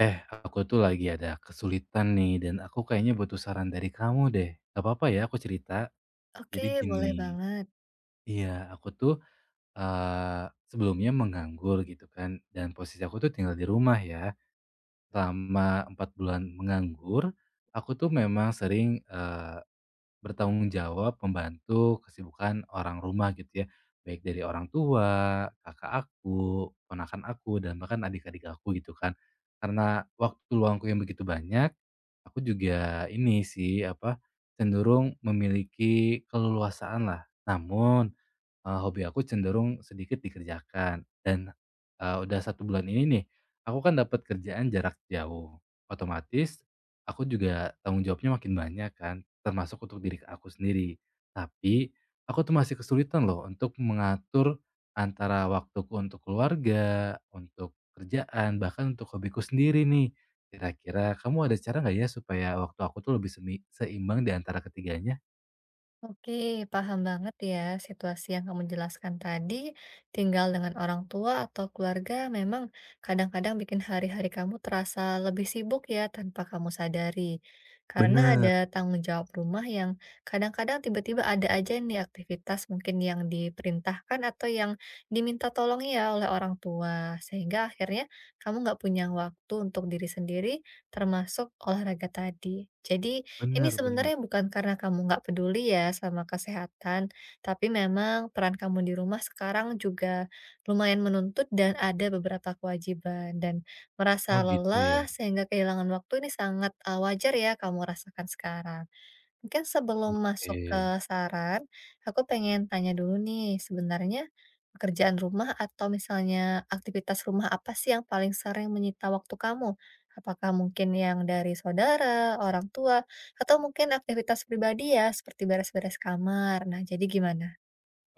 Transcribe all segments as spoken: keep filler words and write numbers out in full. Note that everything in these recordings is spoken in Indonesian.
Eh, aku tuh lagi ada kesulitan nih dan aku kayaknya butuh saran dari kamu deh. Gak apa-apa ya aku cerita? Oke, Jadi boleh gini, banget. iya aku tuh eee, sebelumnya menganggur gitu kan dan posisi aku tuh tinggal di rumah ya. Selama empat bulan menganggur, aku tuh memang sering, bertanggung jawab membantu kesibukan orang rumah gitu ya, baik dari orang tua, kakak aku, ponakan aku, dan bahkan adik-adik aku gitu kan. Karena waktu luangku yang begitu banyak, aku juga ini sih apa, cenderung memiliki keleluasaan lah. Namun, eee, hobi aku cenderung sedikit dikerjakan dan, eee, udah satu bulan ini nih, aku kan dapat kerjaan jarak jauh, otomatis aku juga tanggung jawabnya makin banyak kan, termasuk untuk diri aku sendiri. Tapi, aku tuh masih kesulitan loh untuk mengatur antara waktuku untuk keluarga, untuk kerjaan, bahkan untuk hobiku sendiri nih. Kira-kira kamu ada cara nggak ya supaya waktu aku tuh lebih semi seimbang di antara ketiganya? Oke, paham banget ya situasi yang kamu jelaskan tadi, tinggal dengan orang tua atau keluarga memang kadang-kadang bikin hari-hari kamu terasa lebih sibuk ya tanpa kamu sadari. Karena ada Bener, tanggung jawab rumah yang kadang-kadang tiba-tiba ada aja nih aktivitas mungkin yang diperintahkan atau yang diminta tolong ya oleh orang tua. Sehingga akhirnya kamu nggak punya waktu untuk diri sendiri termasuk olahraga tadi. Jadi ini bener, bener. sebenarnya bukan karena kamu nggak peduli ya sama kesehatan, tapi memang peran kamu di rumah sekarang juga lumayan menuntut dan ada beberapa kewajiban dan merasa Oh gitu ya? lelah sehingga kehilangan waktu ini sangat, eee, wajar ya kamu rasakan sekarang. Mungkin sebelum masuk ke Oke. saran, aku pengen tanya dulu nih, sebenarnya pekerjaan rumah atau misalnya aktivitas rumah apa sih yang paling sering menyita waktu kamu? Apakah mungkin yang dari saudara, orang tua, atau mungkin aktivitas pribadi ya, seperti beres-beres kamar. Nah, jadi gimana?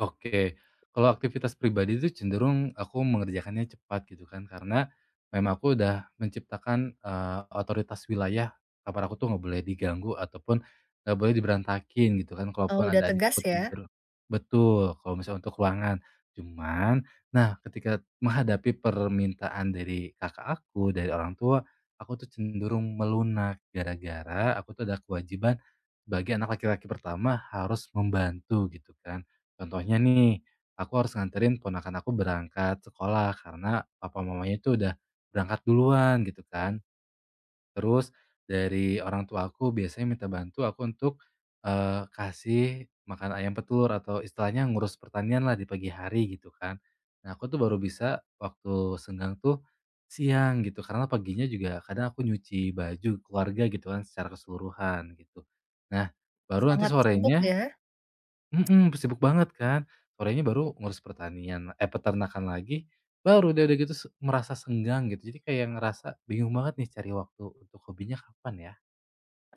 Oke, kalau aktivitas pribadi itu cenderung aku mengerjakannya cepat gitu kan, karena memang aku udah menciptakan, eee, otoritas wilayah kamar aku tuh nggak boleh diganggu ataupun nggak boleh diberantakin gitu kan, Oh, kalaupun udah ada adikku tegas ya? tidur betul, kalau misalnya untuk ruangan. Cuman, nah ketika menghadapi permintaan dari kakak aku, dari orang tua, aku tuh cenderung melunak gara-gara aku tuh ada kewajiban sebagai anak laki-laki pertama harus membantu gitu kan. Contohnya nih, aku harus nganterin ponakan aku berangkat sekolah karena papa mamanya itu udah berangkat duluan gitu kan. Terus dari orang tua aku biasanya minta bantu aku untuk, eee, kasih makan ayam petelur atau istilahnya ngurus pertanian lah di pagi hari gitu kan. Nah aku tuh baru bisa waktu senggang tuh siang gitu karena paginya juga kadang aku nyuci baju keluarga gitu kan secara keseluruhan gitu. Nah baru nanti Sangat sibuk sorenya ya? mhm, sibuk banget kan, sorenya baru ngurus pertanian, eh, peternakan lagi, baru deh udah gitu se merasa senggang gitu. Jadi kayak ngerasa bingung banget nih cari waktu untuk hobinya kapan ya?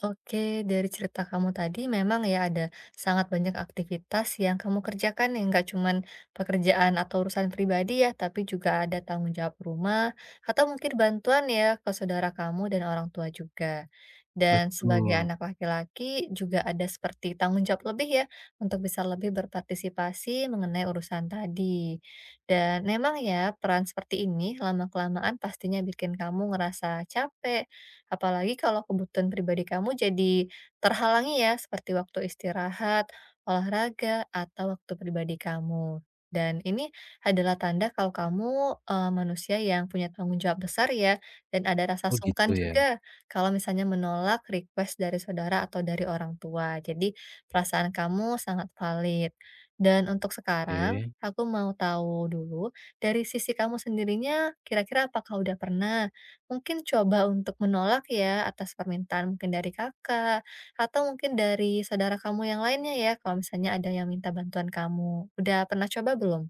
Oke, dari cerita kamu tadi memang ya ada sangat banyak aktivitas yang kamu kerjakan yang nggak cuman pekerjaan atau urusan pribadi ya, tapi juga ada tanggung jawab rumah atau mungkin bantuan ya ke saudara kamu dan orang tua juga. Dan sebagai Betul. anak laki-laki juga ada seperti tanggung jawab lebih ya untuk bisa lebih berpartisipasi mengenai urusan tadi. Dan memang ya peran seperti ini lama-kelamaan pastinya bikin kamu ngerasa capek. Apalagi kalau kebutuhan pribadi kamu jadi terhalangi ya, seperti waktu istirahat, olahraga, atau waktu pribadi kamu. Dan ini adalah tanda kalau kamu eee, manusia yang punya tanggung jawab besar ya, dan ada rasa Oh sungkan gitu ya? juga kalau misalnya menolak request dari saudara atau dari orang tua. Jadi perasaan kamu sangat valid. Dan untuk sekarang, Oke. aku mau tahu dulu, dari sisi kamu sendirinya, kira-kira apakah udah pernah mungkin coba untuk menolak ya atas permintaan mungkin dari Kakak, atau mungkin dari saudara kamu yang lainnya ya kalau misalnya ada yang minta bantuan kamu. Udah pernah coba belum?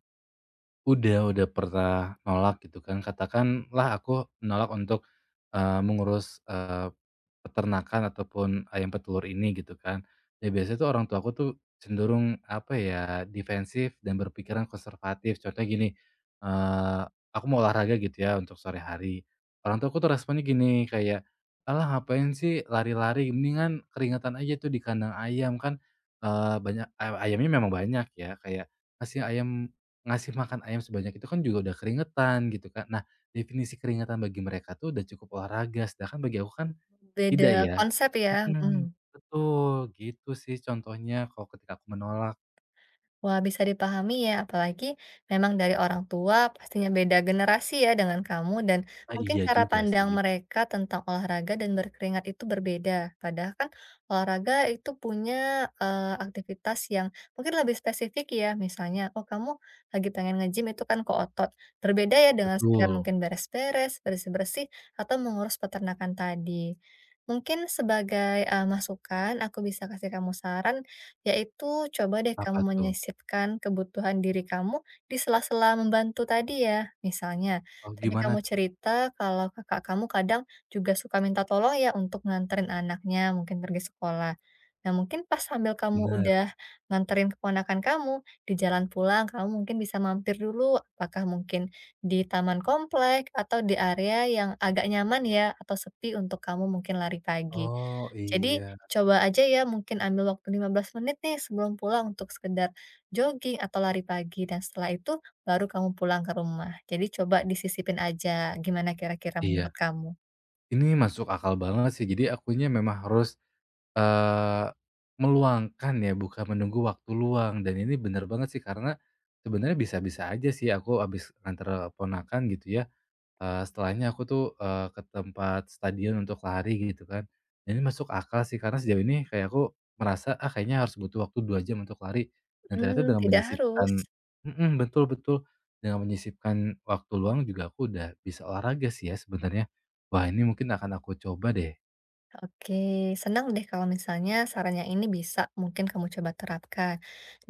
Udah, udah pernah nolak gitu kan, katakanlah aku nolak untuk, eee, mengurus, eee, peternakan ataupun ayam petelur ini gitu kan. Ya biasanya tuh orang tua aku tuh cenderung apa ya, defensif dan berpikiran konservatif. Contohnya gini, eee, aku mau olahraga gitu ya untuk sore hari, orang tua aku tuh responnya gini kayak, "Alah ngapain sih lari-lari, mendingan keringatan aja tuh di kandang ayam." Kan, eee, banyak ay ayamnya memang banyak ya, kayak ngasih ayam ngasih makan ayam sebanyak itu kan juga udah keringetan gitu kan. Nah, definisi keringetan bagi mereka tuh udah cukup olahraga, sedangkan bagi aku kan tidak Beda ya. konsep ya? Mhm. Mhm, betul, gitu sih contohnya kalau ketika aku menolak. Wah, bisa dipahami ya, apalagi memang dari orang tua pastinya beda generasi ya dengan kamu dan Ah, mungkin iya cara juga sih, pandang mereka tentang olahraga dan berkeringat itu berbeda. Padahal kan olahraga itu punya eh, aktivitas yang mungkin lebih spesifik ya, misalnya oh kamu lagi pengen nge-gym itu kan ke otot. Berbeda ya dengan sekedar betul. mungkin beres-beres, bersih-bersih atau mengurus peternakan tadi. Mungkin sebagai eh, masukan, aku bisa kasih kamu saran yaitu coba deh kamu Apa tuh? menyisipkan kebutuhan diri kamu di sela-sela membantu tadi ya. Misalnya, Oh, tadi gimana kamu tuh? cerita kalau kakak kamu kadang juga suka minta tolong ya untuk nganterin anaknya mungkin pergi sekolah. Nah, mungkin pas sambil kamu Bener. udah nganterin keponakan kamu, di jalan pulang kamu mungkin bisa mampir dulu, apakah mungkin di taman komplek atau di area yang agak nyaman ya, atau sepi untuk kamu mungkin lari pagi. Oh, Jadi, iya, coba aja ya mungkin ambil waktu lima belas menit nih sebelum pulang untuk sekedar jogging atau lari pagi dan setelah itu baru kamu pulang ke rumah. Jadi coba disisipin aja, gimana kira-kira menurut iya. kamu? Ini masuk akal banget sih, jadi akunya memang harus Eee, meluangkan ya, bukan menunggu waktu luang dan ini bener banget sih karena sebenarnya bisa-bisa aja sih aku habis nganter ponakan gitu ya, eee, setelahnya aku tuh, eee, ke tempat stadion untuk lari gitu kan. Dan ini masuk akal sih karena sejauh ini kayak aku merasa, ah, kayaknya harus butuh waktu dua jam untuk lari dan ternyata Hmm, dengan tidak harus. menyisipkan mhm, betul, betul, dengan menyisipkan waktu luang juga aku udah bisa olahraga sih ya sebenarnya. Wah, ini mungkin akan aku coba deh. Oke, senang deh kalau misalnya sarannya ini bisa mungkin kamu coba terapkan.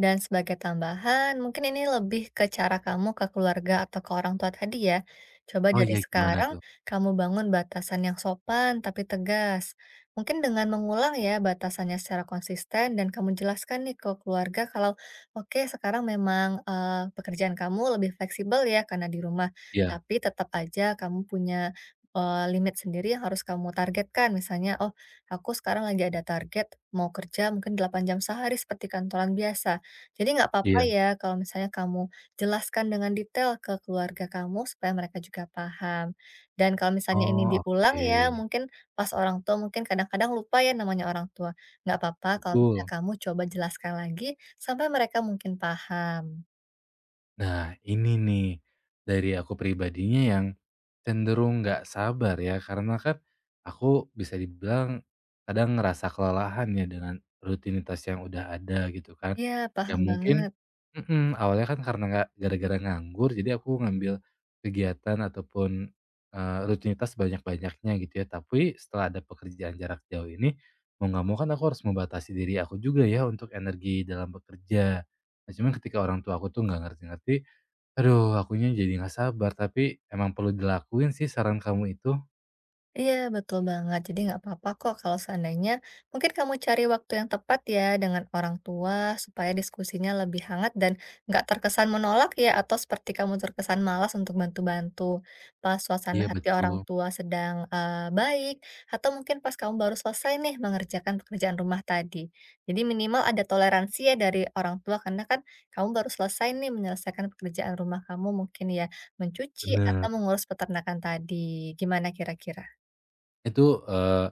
Dan sebagai tambahan, mungkin ini lebih ke cara kamu ke keluarga atau ke orang tua tadi ya. Coba Oh, dari iya gimana sekarang tuh? kamu bangun batasan yang sopan tapi tegas. Mungkin dengan mengulang ya batasannya secara konsisten dan kamu jelaskan nih ke keluarga kalau oke sekarang memang eh, pekerjaan kamu lebih fleksibel ya karena di rumah, Iya, tapi tetap aja kamu punya eee, limit sendiri yang harus kamu targetkan. Misalnya, "Oh, aku sekarang lagi ada target mau kerja mungkin delapan jam sehari seperti kantoran biasa." Jadi nggak apa-apa iya. ya kalau misalnya kamu jelaskan dengan detail ke keluarga kamu supaya mereka juga paham. Dan kalau misalnya ini Oh, diulang oke, ya, mungkin pas orang tua mungkin kadang-kadang lupa ya namanya orang tua. Nggak apa-apa kalau misalnya betul. kamu coba jelaskan lagi sampai mereka mungkin paham. Nah, ini nih, dari aku pribadinya yang cenderung nggak sabar ya, karena kan aku bisa dibilang kadang ngerasa kelelahan ya dengan rutinitas yang udah ada gitu kan. Iya, Ya paham mungkin banget. mhm, awalnya kan karena nggak gara-gara nganggur, jadi aku ngambil kegiatan ataupun, eee, rutinitas banyak banyaknya gitu ya. Tapi setelah ada pekerjaan jarak jauh ini, mau nggak mau kan aku harus membatasi diri aku juga ya untuk energi dalam bekerja. Nah, cuman ketika orang tua aku tuh nggak ngerti-ngerti, aduh akunya jadi nggak sabar, tapi emang perlu dilakuin sih saran kamu itu. Iya, betul banget. Jadi nggak apa-apa kok kalau seandainya mungkin kamu cari waktu yang tepat ya dengan orang tua supaya diskusinya lebih hangat dan nggak terkesan menolak ya atau seperti kamu terkesan malas untuk bantu-bantu. Pas suasana Iya hati orang betul, tua sedang eh, baik atau mungkin pas kamu baru selesai nih mengerjakan pekerjaan rumah tadi. Jadi minimal ada toleransi ya dari orang tua karena kan kamu baru selesai nih menyelesaikan pekerjaan rumah kamu mungkin ya mencuci atau bener. mengurus peternakan tadi. Gimana kira-kira? Itu, eee,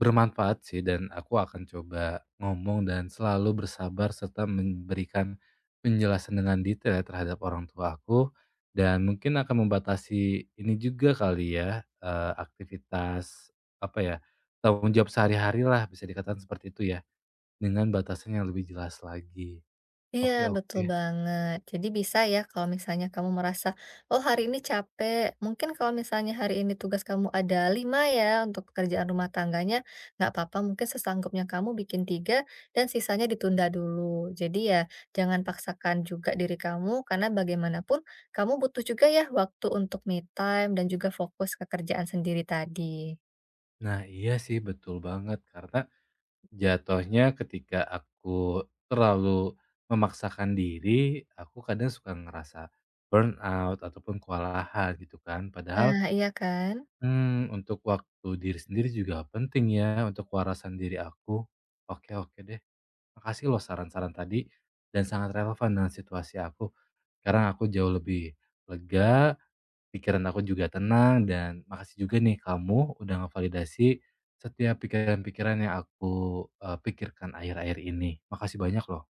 bermanfaat sih dan aku akan coba ngomong dan selalu bersabar serta memberikan penjelasan dengan detail ya terhadap orang tua aku, dan mungkin akan membatasi ini juga kali ya, eee, aktivitas, apa ya, tanggung jawab sehari-hari lah bisa dikatakan seperti itu ya, dengan batasan yang lebih jelas lagi. Iya, Oke, betul oke. banget. Jadi bisa ya kalau misalnya kamu merasa, oh hari ini capek, mungkin kalau misalnya hari ini tugas kamu ada lima ya untuk pekerjaan rumah tangganya, nggak apa-apa, mungkin sesanggupnya kamu bikin tiga dan sisanya ditunda dulu. Jadi ya jangan paksakan juga diri kamu karena bagaimanapun kamu butuh juga ya waktu untuk me time dan juga fokus ke kerjaan sendiri tadi. Nah, iya sih betul banget karena jatuhnya ketika aku terlalu memaksakan diri, aku kadang suka ngerasa burnout ataupun kewalahan gitu kan. Padahal, Nah, iya kan? hmm untuk waktu diri sendiri juga penting ya untuk kewarasan diri aku. Oke, oke deh, makasih loh saran-saran tadi dan sangat relevan dengan situasi aku. Sekarang aku jauh lebih lega. Pikiran aku juga tenang dan makasih juga nih kamu udah ngevalidasi setiap pikiran-pikiran yang aku, eee, pikirkan akhir-akhir ini. Makasih banyak loh.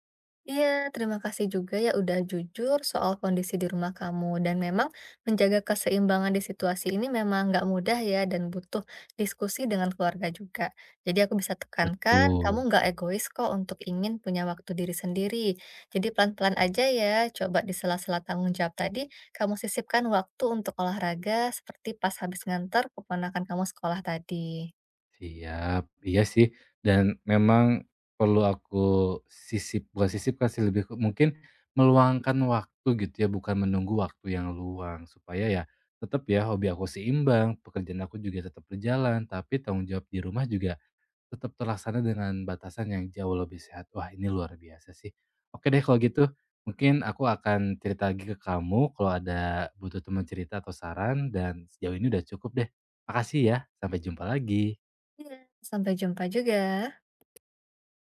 Iya, terima kasih juga ya udah jujur soal kondisi di rumah kamu. Dan memang menjaga keseimbangan di situasi ini memang nggak mudah ya dan butuh diskusi dengan keluarga juga. Jadi aku bisa tekankan, kamu Betul, nggak egois kok untuk ingin punya waktu diri sendiri. Jadi pelan-pelan aja ya, coba di sela-sela tanggung jawab tadi, kamu sisipkan waktu untuk olahraga seperti pas habis ngantar keponakan kamu sekolah tadi. siap. Iya sih, dan memang perlu aku sisip bukan sisip kasih lebih ke mungkin meluangkan waktu gitu ya, bukan menunggu waktu yang luang. Supaya ya tetap ya hobi aku seimbang, pekerjaan aku juga tetap berjalan, tapi tanggung jawab di rumah juga tetap terlaksana dengan batasan yang jauh lebih sehat. Wah, ini luar biasa sih. Oke deh kalau gitu, mungkin aku akan cerita lagi ke kamu kalau ada butuh teman cerita atau saran dan sejauh ini udah cukup deh. Makasih ya, sampai jumpa lagi. Iya, sampai jumpa juga.